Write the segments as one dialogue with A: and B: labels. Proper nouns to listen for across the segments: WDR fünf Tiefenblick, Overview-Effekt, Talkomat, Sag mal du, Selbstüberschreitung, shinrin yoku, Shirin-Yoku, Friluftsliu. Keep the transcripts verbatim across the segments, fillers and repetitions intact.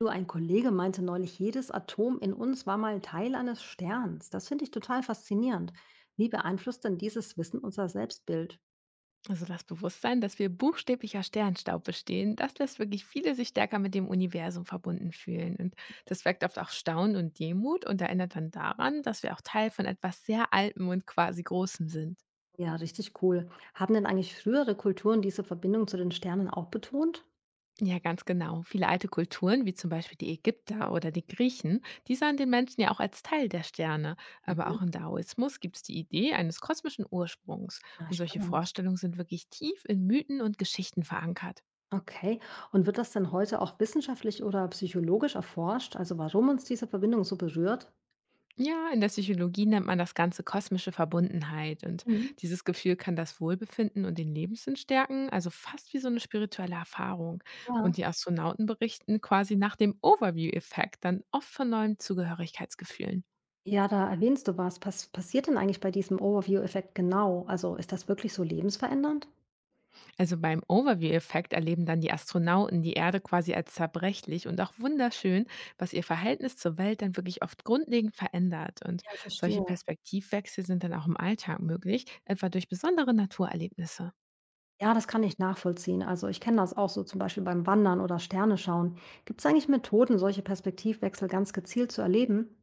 A: Du, ein Kollege meinte neulich, jedes Atom in uns war mal Teil eines Sterns. Das finde ich total faszinierend. Wie beeinflusst denn dieses Wissen unser Selbstbild?
B: Also das Bewusstsein, dass wir buchstäblicher Sternstaub bestehen, das lässt wirklich viele sich stärker mit dem Universum verbunden fühlen. Und das weckt oft auch Staunen und Demut und erinnert dann daran, dass wir auch Teil von etwas sehr Altem und quasi Großem sind.
A: Ja, richtig cool. Haben denn eigentlich frühere Kulturen diese Verbindung zu den Sternen auch betont?
B: Ja, ganz genau. Viele alte Kulturen, wie zum Beispiel die Ägypter oder die Griechen, die sahen den Menschen ja auch als Teil der Sterne. Aber auch
A: Mhm.
B: im Daoismus gibt es die Idee eines kosmischen Ursprungs.
A: Ja,
B: Und solche
A: spannend.
B: Vorstellungen sind wirklich tief in Mythen und Geschichten verankert.
A: Okay. Und wird das denn heute auch wissenschaftlich oder psychologisch erforscht? Also warum uns diese Verbindung so berührt?
B: Ja, in der Psychologie nennt man das Ganze kosmische Verbundenheit und
A: Mhm.
B: dieses Gefühl kann das Wohlbefinden und den Lebenssinn stärken, also fast wie so eine spirituelle Erfahrung. Und
A: Ja.
B: die Astronauten berichten quasi nach dem Overview-Effekt dann oft von neuen Zugehörigkeitsgefühlen.
A: Ja, da erwähnst du was. Was passiert denn eigentlich bei diesem Overview-Effekt genau? Also ist das wirklich so lebensverändernd?
B: Also beim Overview-Effekt erleben dann die Astronauten die Erde quasi als zerbrechlich und auch wunderschön, was ihr Verhältnis zur Welt dann wirklich oft grundlegend verändert. Und
A: Ja,
B: solche
A: verstehe.
B: Perspektivwechsel sind dann auch im Alltag möglich, etwa durch besondere Naturerlebnisse.
A: Ja, das kann ich nachvollziehen. Also ich kenne das auch so zum Beispiel beim Wandern oder Sterne schauen. Gibt es eigentlich Methoden, solche Perspektivwechsel ganz gezielt zu erleben?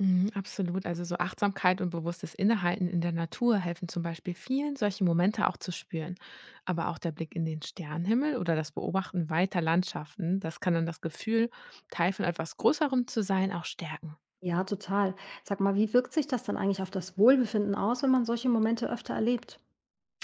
B: Mhm, absolut. Also so Achtsamkeit und bewusstes Innehalten in der Natur helfen zum Beispiel vielen, solche Momente auch zu spüren. Aber auch der Blick in den Sternenhimmel oder das Beobachten weiter Landschaften, das kann dann das Gefühl, Teil von etwas Größerem zu sein, auch stärken.
A: Ja, total. Sag mal, wie wirkt sich das dann eigentlich auf das Wohlbefinden aus, wenn man solche Momente öfter erlebt?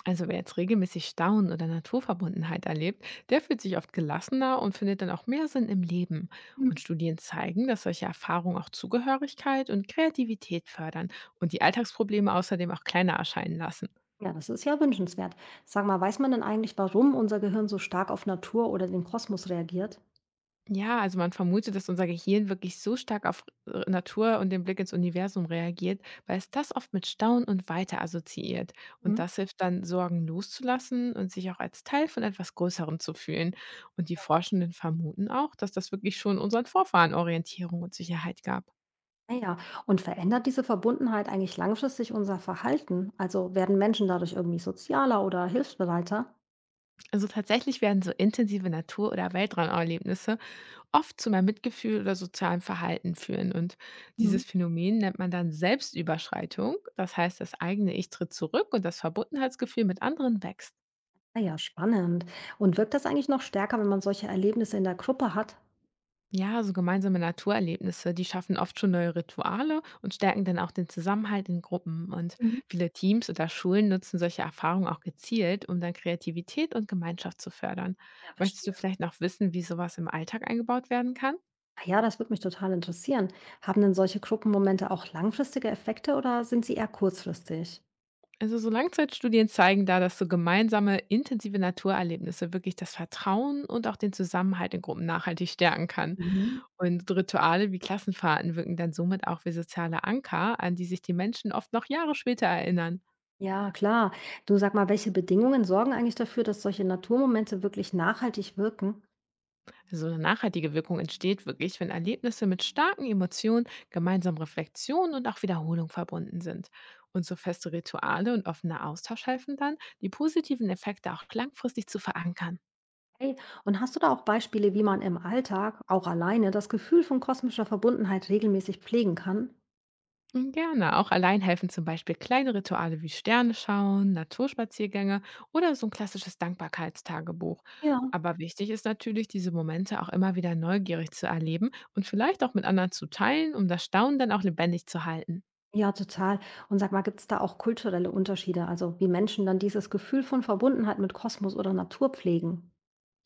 B: Also wer jetzt regelmäßig Staunen oder Naturverbundenheit erlebt, der fühlt sich oft gelassener und findet dann auch mehr Sinn im Leben.
A: Hm.
B: Und Studien zeigen, dass solche Erfahrungen auch Zugehörigkeit und Kreativität fördern und die Alltagsprobleme außerdem auch kleiner erscheinen lassen.
A: Ja, das ist ja wünschenswert. Sag mal, weiß man denn eigentlich, warum unser Gehirn so stark auf Natur oder den Kosmos reagiert?
B: Ja, also man vermutet, dass unser Gehirn wirklich so stark auf äh, Natur und den Blick ins Universum reagiert, weil es das oft mit Staunen und Weiter assoziiert. Und
A: Mhm.
B: das hilft dann, Sorgen loszulassen und sich auch als Teil von etwas Größerem zu fühlen. Und die Forschenden vermuten auch, dass das wirklich schon unseren Vorfahren Orientierung und Sicherheit gab.
A: Naja, und verändert diese Verbundenheit eigentlich langfristig unser Verhalten? Also werden Menschen dadurch irgendwie sozialer oder hilfsbereiter?
B: Also tatsächlich werden so intensive Natur- oder Weltraumerlebnisse oft zu mehr Mitgefühl oder sozialem Verhalten führen. Und
A: Mhm.
B: dieses Phänomen nennt man dann Selbstüberschreitung. Das heißt, das eigene Ich tritt zurück und das Verbundenheitsgefühl mit anderen wächst.
A: Ah ja, spannend. Und wirkt das eigentlich noch stärker, wenn man solche Erlebnisse in der Gruppe hat?
B: Ja, so gemeinsame Naturerlebnisse, die schaffen oft schon neue Rituale und stärken dann auch den Zusammenhalt in Gruppen. Und
A: Mhm.
B: viele Teams oder Schulen nutzen solche Erfahrungen auch gezielt, um dann Kreativität und Gemeinschaft zu fördern.
A: Ja,
B: Möchtest du
A: verstehe.
B: vielleicht noch wissen, wie sowas im Alltag eingebaut werden kann?
A: Ah ja, das würde mich total interessieren. Haben denn solche Gruppenmomente auch langfristige Effekte oder sind sie eher kurzfristig?
B: Also so Langzeitstudien zeigen da, dass so gemeinsame, intensive Naturerlebnisse wirklich das Vertrauen und auch den Zusammenhalt in Gruppen nachhaltig stärken kann.
A: Mhm.
B: Und Rituale wie Klassenfahrten wirken dann somit auch wie soziale Anker, an die sich die Menschen oft noch Jahre später erinnern.
A: Ja, klar. Du sag mal, welche Bedingungen sorgen eigentlich dafür, dass solche Naturmomente wirklich nachhaltig wirken?
B: Also eine nachhaltige Wirkung entsteht wirklich, wenn Erlebnisse mit starken Emotionen, gemeinsamen Reflexionen und auch Wiederholung verbunden sind. Und so feste Rituale und offener Austausch helfen dann, die positiven Effekte auch langfristig zu verankern.
A: Hey, und hast du da auch Beispiele, wie man im Alltag, auch alleine, das Gefühl von kosmischer Verbundenheit regelmäßig pflegen kann?
B: Hm, gerne. Auch allein helfen zum Beispiel kleine Rituale wie Sterne schauen, Naturspaziergänge oder so ein klassisches Dankbarkeitstagebuch.
A: Ja.
B: Aber wichtig ist natürlich, diese Momente auch immer wieder neugierig zu erleben und vielleicht auch mit anderen zu teilen, um das Staunen dann auch lebendig zu halten.
A: Ja, total. Und sag mal, gibt es da auch kulturelle Unterschiede, also wie Menschen dann dieses Gefühl von Verbundenheit mit Kosmos oder Natur pflegen?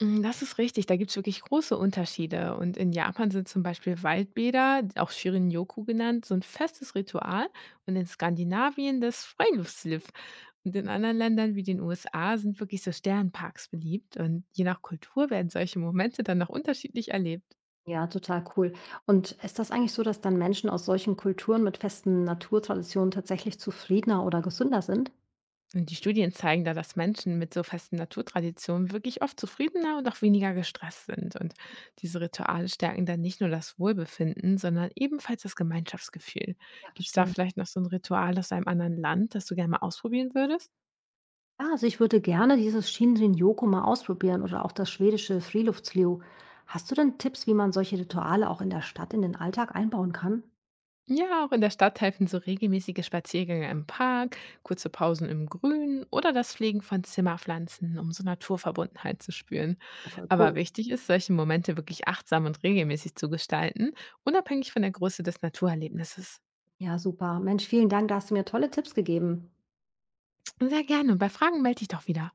B: Hm, das ist richtig, da gibt es wirklich große Unterschiede. Und in Japan sind zum Beispiel Waldbäder, auch Shirin-Yoku genannt, so ein festes Ritual und in Skandinavien das Freiluftslif. Und in anderen Ländern wie den U S A sind wirklich so Sternparks beliebt und je nach Kultur werden solche Momente dann noch unterschiedlich erlebt.
A: Ja, total cool. Und ist das eigentlich so, dass dann Menschen aus solchen Kulturen mit festen Naturtraditionen tatsächlich zufriedener oder gesünder sind?
B: Und die Studien zeigen da, dass Menschen mit so festen Naturtraditionen wirklich oft zufriedener und auch weniger gestresst sind. Und diese Rituale stärken dann nicht nur das Wohlbefinden, sondern ebenfalls das Gemeinschaftsgefühl.
A: Ja,
B: Gibt es da
A: verstehe.
B: vielleicht noch so ein Ritual aus einem anderen Land, das du gerne mal ausprobieren würdest?
A: Ja, also ich würde gerne dieses shinrin yoku mal ausprobieren oder auch das schwedische Friluftsliu. Hast du denn Tipps, wie man solche Rituale auch in der Stadt in den Alltag einbauen kann?
B: Ja, auch in der Stadt helfen so regelmäßige Spaziergänge im Park, kurze Pausen im Grün oder das Pflegen von Zimmerpflanzen, um so Naturverbundenheit zu spüren.
A: Ja, voll cool.
B: Aber wichtig ist, solche Momente wirklich achtsam und regelmäßig zu gestalten, unabhängig von der Größe des Naturerlebnisses.
A: Ja, super. Mensch, vielen Dank, da hast du mir tolle Tipps gegeben.
B: Sehr gerne und bei Fragen melde dich doch wieder.